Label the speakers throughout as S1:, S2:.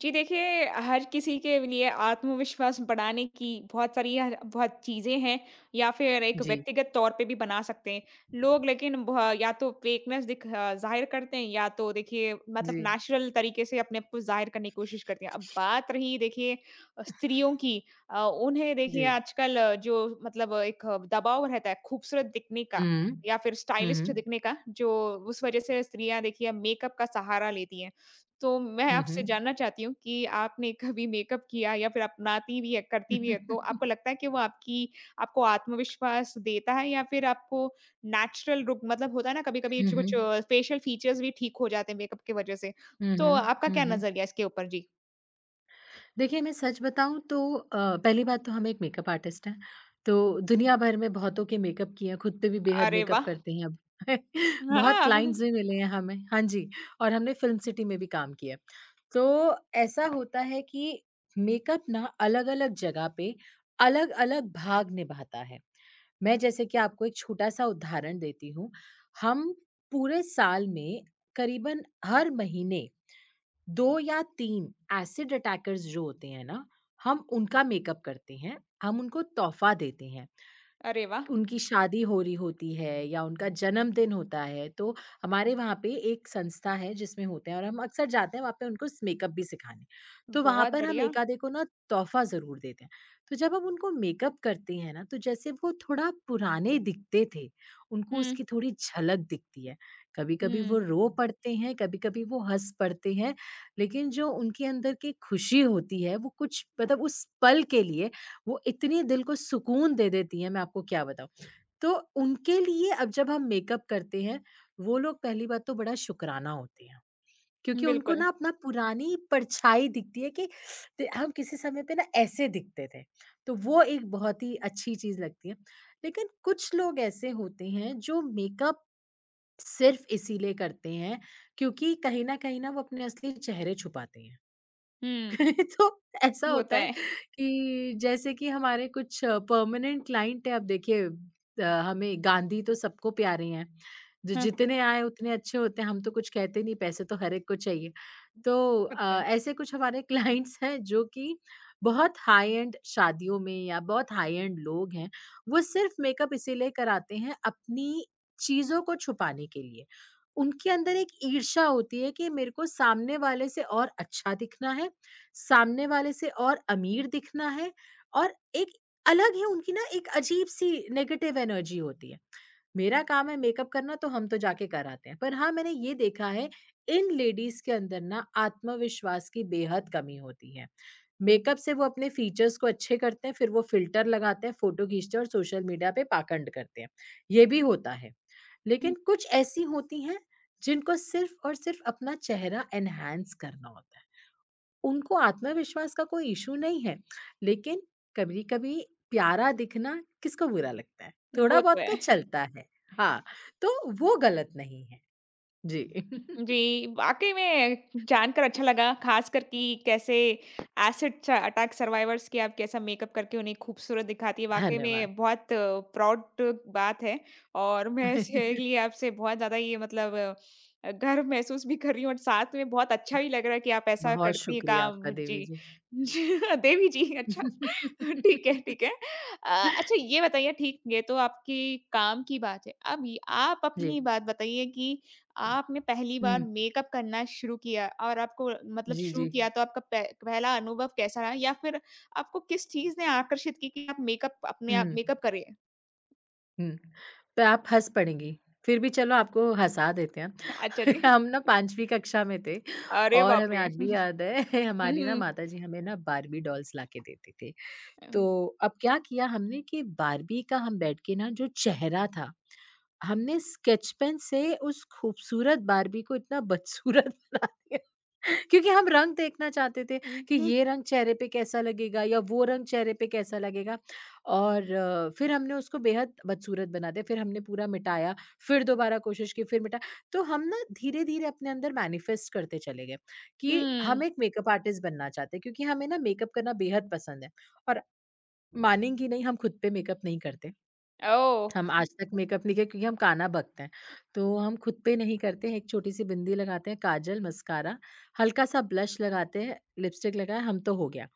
S1: जी देखिए, हर किसी के लिए आत्मविश्वास बढ़ाने की बहुत सारी हर बहुत चीज़ें हैं या फिर एक
S2: जी,
S1: व्यक्तिगत तौर पे भी बना सकते हैं। लोग लेकिन ब या तो ज़ाहिर करते हैं या तो देखिए मतलब
S2: जी,
S1: नेचुरल तरीके से अपने आप को ज़ाहिर करने की कोशिश करते हैं। अब बात रही देखिए स्त्रियों की उन्हें देखिए
S2: जी।
S1: आजकल एक दबाव रहता है खूबसूरत दिखने का
S2: हुँ,
S1: या फिर
S2: हुँ,
S1: स्टाइलिस्ट
S2: हुँ,
S1: दिखने का, जो उस वज़ह से स्त्रियाँ देखिए मेकअप का सहारा लेती हैं। तो मैं
S2: हुँ,
S1: आपसे
S2: हुँ।
S1: जानना चाहती हूँ कि आपने कभी मेकअप किया या फिर अपनाती भी है, करती
S2: हुँ,
S1: भी है, तो
S2: हुँ।
S1: आपको लगता है कि वो आपकी आपको आत्मविश्वास देता है या फिर आपको नेचुरल लुक मतलब होता है ना कभी-कभी
S2: हुँ,
S1: कुछ
S2: हुँ।
S1: फेशियल फीचर्स भी ठीक हो जाते हैं मेकअप की वजह से।
S2: हुँ,
S1: तो
S2: हुँ।
S1: आपका
S2: हुँ,
S1: क्या
S2: हुँ।
S1: नज़रिया है इसके ऊपर? जी।
S2: देखिए, मैं सच बताऊँ तो पहली बात तो हम एक मेकअप आर्टिस्ट हैं, तो दुनिया भर में बहुतों के मेकअप किए हैं, खुद पे भी बेहद
S1: अरे
S2: मेकअप
S1: वाह!
S2: करते हैं अब। बहुत
S1: हाँ।
S2: क्लाइंट्स भी मिले हैं हमें हाँ जी, और हमने फिल्म सिटी में भी काम किया है। तो ऐसा होता है कि मेकअप ना अलग-अलग जगह पे अलग-अलग भाग निभाता है। मैं जैसे कि आपको एक छोटा-सा उदाहरण देती हूँ, हम पूरे साल में करीबन हर महीने 2 या 3 एसिड अटैकर्स जो होते हैं ना, हम उनका मेकअप करते हैं, हम उनको तोहफ़ा देते हैं।
S1: अरे वाह!
S2: उनकी शादी हो रही होती है या उनका जन्मदिन होता है, तो हमारे वहाँ पे एक संस्था है जिसमें होते हैं और हम अक्सर जाते हैं वहाँ पे उनको स मेकअप भी सिखाने। तो वहाँ
S1: बहुत
S2: पर हम
S1: बढ़िया।
S2: एक आधे को ना तोहफ़ा ज़रूर देते हैं। तो जब हम उनको मेकअप करते हैं ना, तो जैसे वो थोड़ा पुराने दिखते थे, उनको
S1: हुँ,
S2: उसकी थोड़ी झलक दिखती है। कभी-कभी
S1: हुँ,
S2: वो रो पड़ते हैं, कभी-कभी वो हँस पड़ते हैं, लेकिन जो उनके अंदर की खुशी होती है, वो कुछ मतलब उस पल के लिए वो इतनी दिल को सुकून दे देती हैं, मैं आपको क्या बताऊँ। तो उनके लिए अब जब हम मेकअप करते हैं, वो लोग पहली बात तो बड़ा शुकराना होते हैं, क्योंकि उनको
S1: बिल्कुल।
S2: ना अपना पुरानी परछाई दिखती है कि त हम किसी समय पे ना ऐसे दिखते थे। तो वो एक बहुत ही अच्छी चीज़ लगती है। लेकिन कुछ लोग ऐसे होते हैं जो मेकअप सिर्फ़ इसीलिए करते हैं, क्योंकि कहीं न कहीं ना वो अपने असली चेहरे छुपाते हैं।
S1: हुँ,
S2: तो ऐसा
S1: होता
S2: होता है
S1: है।
S2: कि जैसे कि हमारे कुछ परमानेंट क्लाइंट है, अब देखिए हमें गांधी तो सबको प्यारे हैं, जो
S1: हाँ।
S2: जितने आए उतने अच्छे होते हैं, हम तो कुछ कहते नहीं, पैसे तो हर एक को चाहिए। तो
S1: होता है।
S2: ऐसे कुछ हमारे क्लाइंट्स हैं जो कि बहुत हाई एंड शादियों में या बहुत हाई एंड लोग हैं, वो सिर्फ़ मेकअप इसीलिए कराते हैं अपनी चीज़ों को छुपाने के लिए। उनके अंदर एक ईर्ष्या होती है कि मेरे को सामने वाले से और अच्छा दिखना है, सामने वाले से और अमीर दिखना है और एक अलग ही उनकी ना एक अजीब-सी नेगेटिव एनर्जी होती है। मेरा काम है मेकअप करना तो हम तो जाके कर आते हैं। पर हाँ, मैंने ये देखा है इन लेडीज़ के अंदर ना आत्मविश्वास की बेहद कमी होती है। मेकअप से वो अपने फीचर्स को अच्छे करते हैं, फिर वो फ़िल्टर लगाते हैं, फ़ोटो खींचते हैं और सोशल मीडिया पे पाखंड करते हैं। ये भी होता है।
S1: हम्म,
S2: लेकिन कुछ ऐसी होती हैं जिनको सिर्फ़ और सिर्फ़ अपना चेहरा एनहांस करना होता है। उनको आत्मविश्वास का कोई इश्यू नहीं है, लेकिन कभी-कभी प्यारा दिखना किसको बुरा लगता है?
S1: वो तो
S2: थोड़ा-बहुत
S1: है।
S2: तो चलता है। हाँ, तो वो गलत नहीं है। जी।
S1: जी, वाक़ई में जानकर अच्छा लगा, ख़ासकर कि कैसे एसिड च अटैक सर्वाइवर्स की आप कैसा मेकअप करके उन्हें खूबसूरत दिखाती है। वाक़ई
S2: धन्यवाद।
S1: में बहुत प्राउड बात है और मैं इसके लिए आपसे बहुत ज़्यादा गर्व महसूस भी कर रही हूँ और साथ में बहुत अच्छा भी लग रहा है कि आप ऐसा
S2: बहुत
S1: करती हैं
S2: शुक्रिया आपका
S1: काम।
S2: देवी
S1: जी।
S2: जी।
S1: जी, देवी जी, अच्छा ठीक है, ठीक है। अच्छा ये बताइए ये तो आपकी काम की बात है। अब ये आप
S2: जी।
S1: अपनी बात बताइए कि आपने पहली बार
S2: हुँ,
S1: मेकअप करना शुरू किया और आपको मतलब
S2: जी,
S1: शुरू
S2: जी।
S1: किया तो आपका पह पहला अनुभव कैसा रहा? या फिर आपको किस चीज़ ने आकर्षित की कि आप मेकअप अपने आप
S2: हुँ,
S1: मेकअप करें?
S2: हुँ। तो आप हँस पड़ेंगी, फिर भी चलो आपको हँसा देते हैं।
S1: अच्छा जी।
S2: हम ना 5वीं कक्षा में थे
S1: अरे
S2: और
S1: बाप
S2: हमें
S1: रे!
S2: आज भी याद है
S1: हुँ,
S2: हमारी ना
S1: हुँ।
S2: माताजी हमें ना बार्बी डॉल्स लाके देते थे।
S1: अ,
S2: तो अब क्या किया हमने कि बार्बी का हम बैठ के ना जो चेहरा था हमने स्केच पेन से उस खूबसूरत बार्बी को इतना बदसूरत बना दिया क्योंकि हम रंग देखना चाहते थे
S1: हुँ,
S2: कि
S1: हुँ।
S2: ये रंग चेहरे पे कैसा लगेगा या वो रंग चेहरे पे कैसा लगेगा और फिर हमने उसको बेहद बदसूरत बना दिया। फिर हमने पूरा मिटाया, फिर दोबारा कोशिश की, फिर मिटाया। तो हम ना धीरे-धीरे अपने अंदर मैनिफेस्ट करते चले गए कि
S1: हुँ।
S2: हम एक मेकअप आर्टिस्ट बनना चाहते हैं क्योंकि हमें ना मेकअप करना बेहद पसंद है और मानेंगी नहीं हम खुद पे मेकअप नहीं करते।
S1: ओह!
S2: हम आज तक मेकअप नहीं किया क्योंकि हम काना बकते हैं। तो हम खुद पे नहीं करते हैं, एक छोटी-सी बिंदी लगाते हैं, काजल, मस्कारा, हल्का-सा ब्लश लगाते हैं, लिपस्टिक लगाए, हम तो हो गया।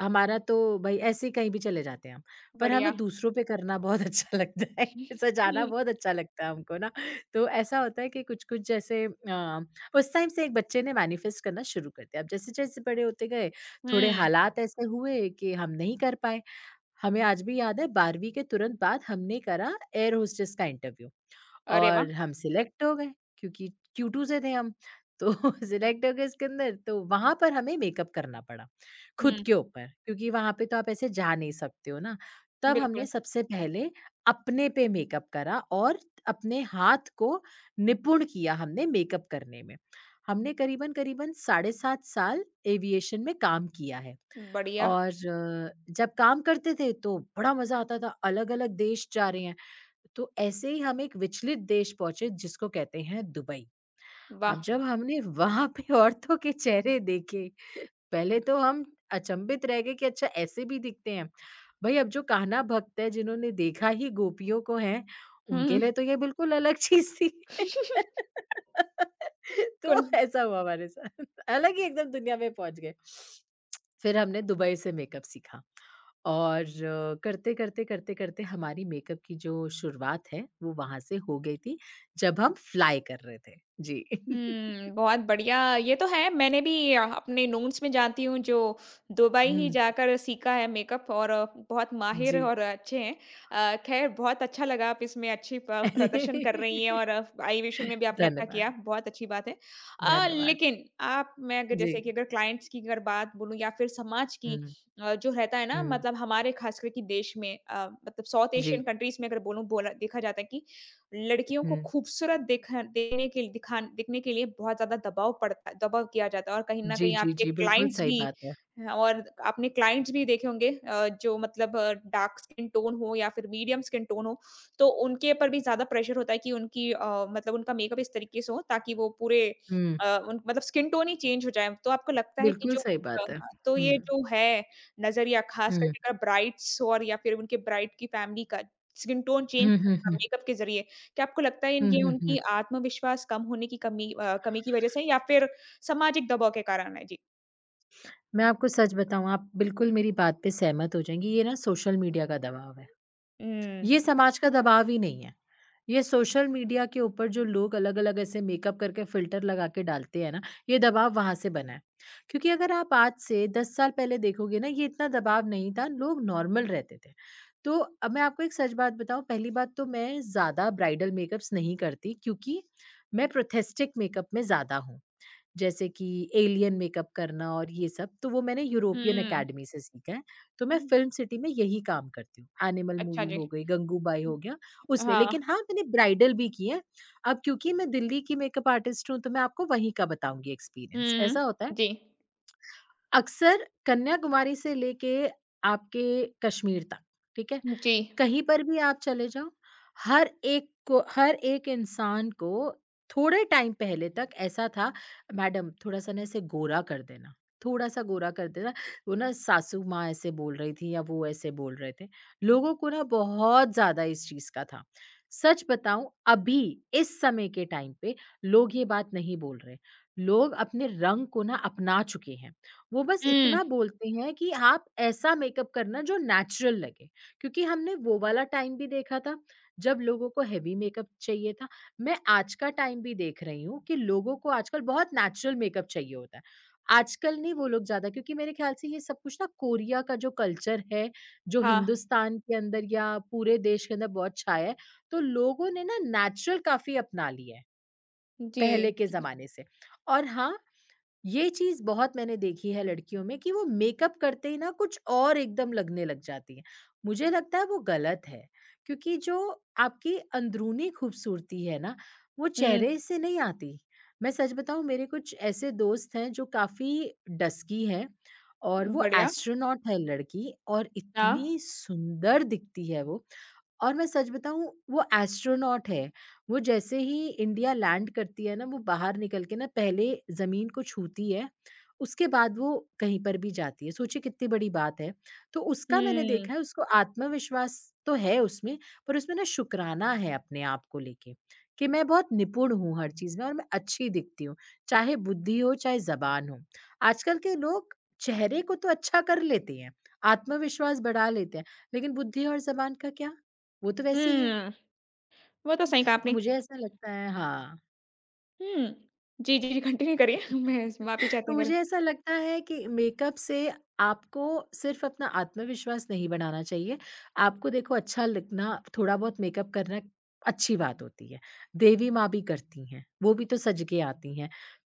S2: हमारा तो भई ऐसे ही कहीं भी चले जाते हैं हम। पर हमें
S1: बढ़िया।
S2: दूसरों पे करना बहुत अच्छा लगता है, सजाना
S1: हुँ,
S2: बहुत अच्छा लगता है हमको ना। तो ऐसा होता है कि कुछ-कुछ जैसे उस टाइम से एक बच्चे ने मैनिफेस्ट करना शुरू कर दिया। अब जैसे-जैसे बड़े होते गए, थोड़े
S1: हुँ।
S2: हालात ऐसे हुए कि हम नहीं कर पाए। हमें आज भी याद है 12वीं के तुरंत बाद हमने करा एयर होस्टेस का इंटरव्यू
S1: अरे वाह!
S2: और हम सिलेक्ट हो गए क्योंकि क्यू2 से थे हम। तो सिलेक्ट हो गए इसके अंदर तो वहाँ पर हमें मेकअप करना पड़ा, खुद
S1: हुँ,
S2: के ऊपर क्योंकि वहाँ पे तो आप ऐसे जा नहीं सकते हो ना। तब
S1: बिल्कुल।
S2: हमने सबसे पहले अपने पे मेकअप करा और अपने हाथ को निपुण किया हमने मेकअप करने में। हमने करीबन-करीबन साढ़े 7 साल एविएशन में काम किया है।
S1: बढ़िया,
S2: और जब काम करते थे तो बड़ा मज़ा आता था, अलग-अलग देश जा रहे हैं। तो ऐसे ही हम एक विचलित देश पहुँचे जिसको कहते हैं दुबई। अब
S1: वाह!
S2: जब हमने वहाँ पे औरतों के चेहरे देखे, पहले तो हम अचंभित रह गए कि अच्छा ऐसे भी दिखते हैं। भई अब जो कान्हा भक्त है जिन्होंने देखा ही गोपियों को है,
S1: हुँ,
S2: उनके
S1: हुँ।
S2: लिए तो ये बिल्कुल अलग चीज़ थी।
S1: कुल
S2: तो ऐसा हुआ हमारे साथ, अलग ही एकदम दुनिया में पहुँच गए। फिर हमने दुबई से मेकअप सीखा और करते, करते, करते, करते हमारी मेकअप की जो शुरुआत है वो वहाँ से हो गई थी जब हम फ्लाई कर रहे थे। जी।
S1: हुँ, बहुत बढ़िया, ये तो है मैंने भी अपने नोन्स में जानती हूँ जो दुबई ही
S2: हुँ,
S1: जाकर सीखा है मेकअप और बहुत माहिर
S2: जी।
S1: और अच्छे हैं। ख़ैर बहुत अच्छा लगा आप इसमें अच्छी प प्रदर्शन कर रही हैं और एविएशन में भी आपने अच्छा किया,
S2: धन्यवाद,
S1: बहुत अच्छी बात है। अ,
S2: धन्यवाद।
S1: लेकिन आप मैं अगर
S2: जी।
S1: जैसे कि अगर क्लाइंट्स की अगर बात बोलूँ या फिर समाज की
S2: हुँ,
S1: जो रहता है ना
S2: हुँ,
S1: मतलब हमारे ख़ास कर कि देश में मतलब साउथ
S2: जी,
S1: एशियन कंट्रीज़ में अगर बोलूँ बोला देखा जाता है कि लड़कियों
S2: हुँ।
S1: को खूबसूरत दिख देने के दिखा दिखने के लिए बहुत ज़्यादा दबाव किया जाता है और कहीं न
S2: जी,
S1: कहीं
S2: जी,
S1: आपके
S2: जी, बिल्कुल
S1: क्लाइंट्स
S2: सही
S1: भी
S2: बात है।
S1: हैं, और आपने क्लाइंट्स भी देखे होंगे अ, जो मतलब डार्क स्किन टोन हो या फिर मीडियम स्किन टोन हो, तो उनके ऊपर भी ज़्यादा प्रेशर होता है कि उनकी अ, मतलब उनका मेकअप इस तरीके से हो ताकि वो पूरे
S2: हुँ,
S1: अ, उन मतलब स्किन टोन ही चेंज हो जाए। तो आपको लगता है कि
S2: बिल्कुल
S1: जो
S2: सही बात है।
S1: अ,
S2: हुँ,
S1: ये जो है नज़रिया ख़ास
S2: हुँ,
S1: करके अगर ब्राइड्स और या फिर उनके ब्राइड की फैमिली का स्किन टोन चेंज
S2: हुँ, हुँ,
S1: करना
S2: हुँ,
S1: मेकअप के ज़रिए, क्या आपको लगता है इन
S2: हुँ,
S1: ये
S2: हुँ,
S1: उनकी
S2: हुँ।
S1: आत्मविश्वास कम होने की कमी अ, कमी की वजह से है या फिर सामाजिक दबाव के कारण है? जी।
S2: मैं आपको सच बताऊँ, आप बिल्कुल मेरी बात पे सहमत हो जाएँगी, ये ना सोशल मीडिया का दबाव है।
S1: हुँ।
S2: ये समाज का दबाव ही नहीं है। ये सोशल मीडिया के ऊपर जो लोग अलग-अलग ऐसे मेकअप करके फ़िल्टर लगा के डालते हैं ना, ये दबाव वहाँ से बना है। क्योंकि अगर आप आज से 10 साल पहले देखोगे ना, ये इतना दबाव नहीं था, लोग नॉर्मल रहते थे। तो अब मैं आपको एक सच बात बताऊँ, पहली बात तो मैं ज़्यादा ब्राइडल मेकअप्स नहीं करती क्योंकि मैं प्रोस्थेटिक मेकअप में ज़्यादा हूँ। जैसे कि एलियन मेकअप करना और ये सब, तो वो मैंने यूरोपियन
S1: हुँ।
S2: अकेडमी से सीखा है। तो मैं
S1: हुँ।
S2: फ़िल्म सिटी में यही काम करती हूँ। एनिमल
S1: अच्छा
S2: मूवी
S1: जी।
S2: हो गई, गंगूबाई हो गया, उसमें।
S1: हाँ।
S2: लेकिन हाँ, मैंने ब्राइडल भी की है। अब क्योंकि मैं दिल्ली की मेकअप आर्टिस्ट हूँ, तो मैं आपको वहीं का बताऊँगी एक्सपीरियंस।
S1: हुँ,
S2: ऐसा होता है,
S1: जी।
S2: अक्सर कन्याकुमारी से लेके आपके कश्मीर तक, ठीक है?
S1: जी।
S2: कहीं पर भी आप चले जाओ, हर एक को हर एक इंसान को थोड़े टाइम पहले तक ऐसा था, "मैडम थोड़ा-सा ना इसे गोरा कर देना, थोड़ा-सा गोरा कर देना।" वो ना सासू माँ ऐसे बोल रही थी या वो ऐसे बोल रहे थे। लोगों को ना बहुत ज़्यादा इस चीज़ का था। सच बताऊँ अभी इस समय के टाइम पे लोग ये बात नहीं बोल रहे। लोग अपने रंग को ना अपना चुके हैं। वो बस
S1: हुँ,
S2: इतना बोलते हैं कि आप ऐसा मेकअप करना जो नेचुरल लगे। क्योंकि हमने वो वाला टाइम भी देखा था, जब लोगों को हेवी मेकअप चाहिए था। मैं आज का टाइम भी देख रही हूँ कि लोगों को आजकल बहुत नेचुरल मेकअप चाहिए होता है। आजकल नहीं वो लोग ज़्यादा क्योंकि मेरे ख़्याल से ये सब कुछ ना कोरिया का जो कल्चर है, जो
S1: हाँ,
S2: हिंदुस्तान के अंदर या पूरे देश के अंदर बहुत छाया है, तो लोगों ने ना नेचुरल काफ़ी अपना लिया है,
S1: जी।
S2: पहले के ज़माने से। और हाँ, ये चीज़ बहुत मैंने देखी है लड़कियों में कि वो मेकअप करते ही ना कुछ और एकदम लगने लग जाती हैं। मुझे लगता है वो गलत है, क्योंकि जो आपकी अंदरूनी खूबसूरती है ना, वो
S1: हुँ,
S2: चेहरे से नहीं आती। मैं सच बताऊँ मेरे कुछ ऐसे दोस्त हैं जो काफ़ी डस्की हैं और वो
S1: बढ़िया।
S2: एस्ट्रोनॉट है लड़की और
S1: हाँ।
S2: इतनी सुंदर दिखती है वो और मैं सच बताऊँ वो एस्ट्रोनॉट है। वो जैसे ही इंडिया लैंड करती है ना वो बाहर निकल के ना पहले ज़मीन को छूती है, उसके बाद वो कहीं पर भी जाती है। सोचिए कितनी बड़ी बात है। तो उसका मैंने
S1: हुँ,
S2: देखा है उसको आत्मविश्वास तो है उसमें, पर उसमें ना शुकराना है अपने आप को लेके, कि मैं बहुत निपुण हूँ हर चीज़ में और मैं अच्छी दिखती हूँ, चाहे बुद्धि हो चाहे ज़बान हो। आजकल के लोग चेहरे को तो अच्छा कर लेते हैं, आत्मविश्वास बढ़ा लेते हैं, लेकिन बुद्धि और ज़बान का क्या? वो तो वैसे ही है।
S1: हुँ, वो तो सही कहा
S2: तो
S1: आपने।
S2: मुझे ऐसा लगता है हाँ।
S1: हुँ। जी, जी, जी, कंटिन्यू करिए। मैं माफ़ी चाहती
S2: तो
S1: हूँ अगर
S2: मुझे ऐसा लगता है कि मेकअप से आपको सिर्फ़ अपना आत्मविश्वास नहीं बनाना चाहिए। आपको देखो अच्छा लगना, थोड़ा बहुत मेकअप करना अच्छी बात होती है। देवी माँ भी करती हैं, वो भी तो सज के आती हैं।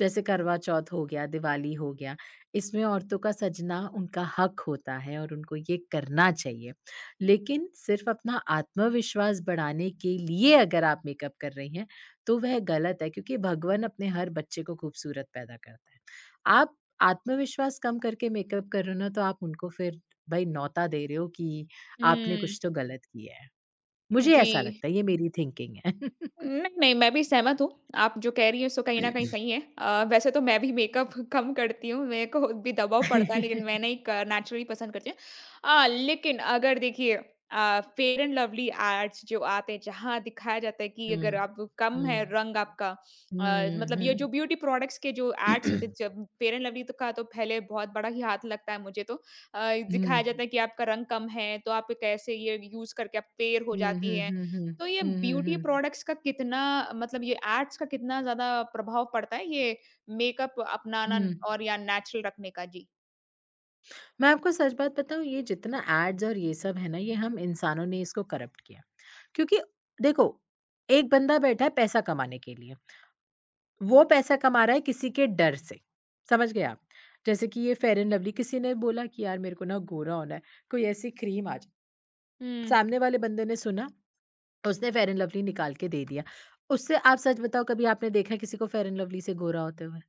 S2: जैसे करवा चौथ हो गया, दिवाली हो गया, इसमें औरतों का सजना उनका हक होता है और उनको ये करना चाहिए। लेकिन सिर्फ़ अपना आत्मविश्वास बढ़ाने के लिए अगर आप मेकअप कर रही हैं, तो वह गलत है क्योंकि भगवन अपने हर बच्चे को खूबसूरत पैदा करता है। आप आत्मविश्वास कम करके मेकअप कर रहे हो ना तो आप उनको फिर भाई नौता दे रहे हो कि आपने
S1: हुँ,
S2: कुछ तो गलत किया है। मुझे
S1: जी।
S2: ऐसा लगता है ये मेरी थिंकिंग है।
S1: नहीं, नहीं, मैं भी सहमत हूँ। आप जो कह रही हैं सो कहीं न कहीं सही है। वैसे तो मैं भी मेकअप कम करती हूँ, मेरे को भी दबाव पड़ता है लेकिन मैं नहीं क नेचुरली पसंद करती हूँ। लेकिन अगर देखिए फेयर एंड लवली एड्स जो आते हैं जहाँ दिखाया जाता है कि
S2: हुँ।
S1: अगर आप कम है
S2: हुँ।
S1: रंग आपका
S2: हुँ,
S1: ये जो
S2: हुँ।
S1: ब्यूटी प्रोडक्ट्स के जो एड्स होते हैं जब फेयर एंड लवली तो का तो पहले बहुत बड़ा ही हाथ लगता है मुझे तो। अ, दिखाया
S2: हुँ।
S1: जाता है कि आपका रंग कम है तो आप कैसे ये यूज़ करके आप फेयर हो
S2: हुँ,
S1: जाती
S2: हुँ,
S1: हैं।
S2: हुँ, हुँ।
S1: तो ये
S2: हुँ, हुँ,
S1: ब्यूटी
S2: हुँ।
S1: प्रोडक्ट्स का कितना मतलब ये एड्स का कितना ज़्यादा प्रभाव पड़ता है ये मेकअप अपनाना
S2: हुँ।
S1: और या नेचुरल रखने का? जी।
S2: मैं आपको सच बात बताऊँ ये जितना एड्स और ये सब है ना ये हम इंसानों ने इसको करप्ट किया। क्योंकि देखो एक बंदा बैठा है पैसा कमाने के लिए, वो पैसा कमा रहा है किसी के डर से, समझ गए आप? जैसे कि ये फेयर एंड लवली किसी ने बोला कि यार मेरे को ना गोरा होना है, कोई ऐसी क्रीम आ जाए।
S1: हुँ।
S2: सामने वाले बंदे ने सुना, उसने फेयर एंड लवली निकाल के दे दिया। उससे आप सच बताओ कभी आपने देखा है किसी को फेयर एंड लवली से गोरा होते हुए?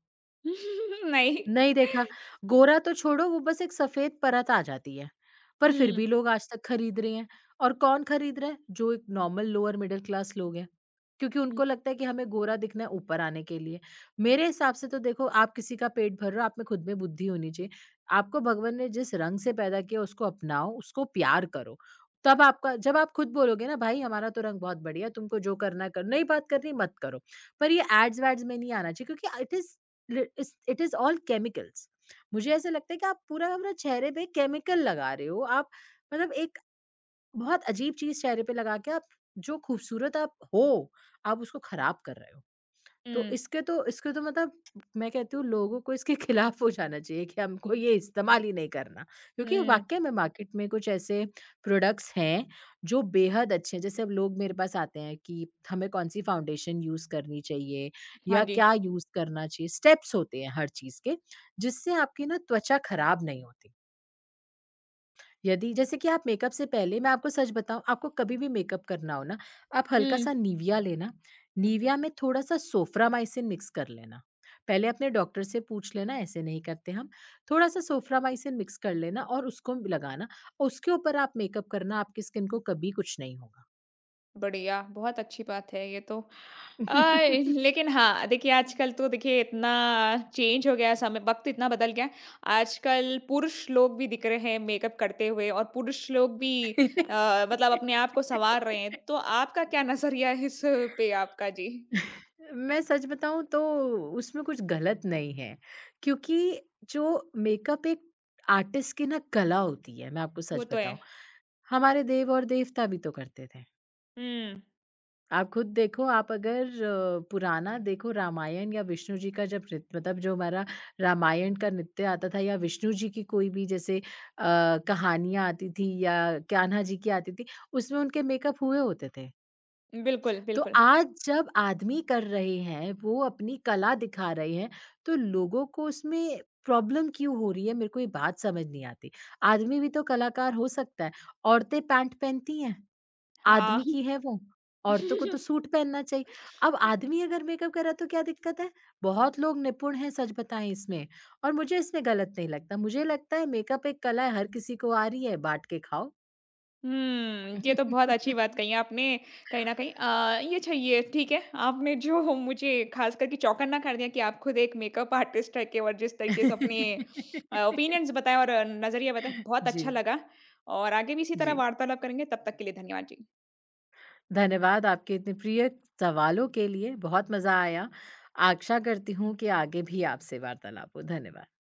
S1: नहीं।
S2: नहीं देखा, गोरा तो छोड़ो वो बस एक सफ़ेद परत आ जाती है, पर फिर
S1: हुँ,
S2: भी लोग आज तक खरीद रहे हैं और कौन खरीद रहा है? जो एक नॉर्मल लोअर मिडल क्लास लोग हैं, क्योंकि
S1: हुँ,
S2: उनको लगता है कि हमें गोरा दिखना है ऊपर आने के लिए। मेरे हिसाब से तो देखो आप किसी का पेट भर रहे हो, आप में खुद में बुद्धि होनी चाहिए। आपको भगवन ने जिस रंग से पैदा किया उसको अपनाओ, उसको प्यार करो, तब आपका जब आप खुद बोलोगे ना भाई हमारा तो रंग बहुत बढ़िया है, तुमको जो करना है करो, नहीं बात करनी मत करो। पर ये एड्स-वैड्स में नहीं आना चाहिए क्योंकि it is it is all chemicals. मुझे ऐसा लगता है कि आप पूरा अपना चेहरे पे केमिकल लगा रहे हो। आप मतलब एक बहुत अजीब चीज चेहरे पे लगा के आप जो खूबसूरत आप हो आप उसको खराब कर रहे हो। तो
S1: हुँ,
S2: इसके तो इसके तो मतलब मैं कहती हूँ लोगों को इसके खिलाफ हो जाना चाहिए कि हमको ये इस्तेमाल ही नहीं करना। क्योंकि
S1: हुँ।
S2: वाक़ई में मार्केट में कुछ ऐसे प्रोडक्ट्स हैं जो बेहद अच्छे हैं। जैसे अब लोग मेरे पास आते हैं कि हमें कौन-सी फाउंडेशन यूज़ करनी चाहिए
S1: हाँ
S2: या
S1: जी।
S2: क्या यूज़ करना चाहिए, स्टेप्स होते हैं हर चीज़ के जिससे आपकी ना त्वचा खराब नहीं होती। यदि जैसे कि आप मेकअप से पहले मैं आपको सच बताऊँ, आपको कभी भी मेकअप करना हो ना, आप
S1: हुँ,
S2: हल्का-सा निविया लेना, निविया में थोड़ा-सा सोफ्रामाइसिन मिक्स कर लेना। पहले अपने डॉक्टर से पूछ लेना, ऐसे नहीं करते हम। थोड़ा-सा सोफ्रामाइसिन मिक्स कर लेना और उसको लगाना, और उसके ऊपर आप मेकअप करना, आपकी स्किन को कभी कुछ नहीं होगा।
S1: बढ़िया, बहुत अच्छी बात है ये तो। अ, लेकिन हाँ, देखिए आजकल तो देखिए इतना चेंज हो गया है समय वक़्त इतना बदल गया है। आजकल पुरुष लोग भी दिख रहे हैं मेकअप करते हुए और पुरुष लोग भी अपने आप को सँवार रहे हैं। तो आपका क्या नज़रिया है इस पे आपका? जी,
S2: मैं सच बताऊँ तो उसमें कुछ गलत नहीं है, क्योंकि जो मेकअप एक आर्टिस्ट की ना कला होती है, मैं आपको
S1: वो
S2: सच
S1: तो है।
S2: बताऊँ। हमारे देव और देवता भी तो करते थे।
S1: हुँ,
S2: आप खुद देखो आप अगर पुराना देखो रामायण या विष्णु जी का जब नृत्य मतलब जो हमारा रामायण का नृत्य आता था या विष्णु जी की कोई भी जैसे कहानियाँ आती थी या कान्हा जी की आती थी, उसमें उनके मेकअप हुए होते थे।
S1: बिल्कुल,
S2: तो
S1: बिल्कुल।
S2: आज जब आदमी कर रहे हैं, वो अपनी कला दिखा रहे हैं, तो लोगों को उसमें प्रॉब्लम क्यों हो रही है? मेरे को ये बात समझ नहीं आती। आदमी भी तो कलाकार हो सकता है। औरतें पैंट पहनती हैं,
S1: हाँ।
S2: आदमी की है वो। औरतों को तो सूट पहनना चाहिए। अब आदमी अगर मेकअप कर रहा है तो क्या दिक्कत है? बहुत लोग निपुण हैं सच बताएँ इसमें और मुझे इसमें गलत नहीं लगता। मुझे लगता है मेकअप एक कला है, हर किसी को आ रही है, बाँट के खाओ।
S1: हुँ, ये तो बहुत अच्छी बात कही आपने कहीं न कहीं ये चाहिए ठीक है, आपने जो मुझे ख़ास करके चौकन्ना कर दिया कि आप खुद एक मेकअप आर्टिस्ट है के और जिस तरीके से अपने ओपिनियंस बताए और नज़रिया बताए, बहुत अच्छा
S2: जी,
S1: लगा और आगे भी इसी तरह
S2: जी।
S1: वार्तालाप करेंगे, तब तक के लिए धन्यवाद जी।
S2: धन्यवाद आपके इतने प्रिय सवालों के लिए, बहुत मज़ा आया। आशा करती हूँ कि आगे भी आपसे वार्तालाप हो। धन्यवाद।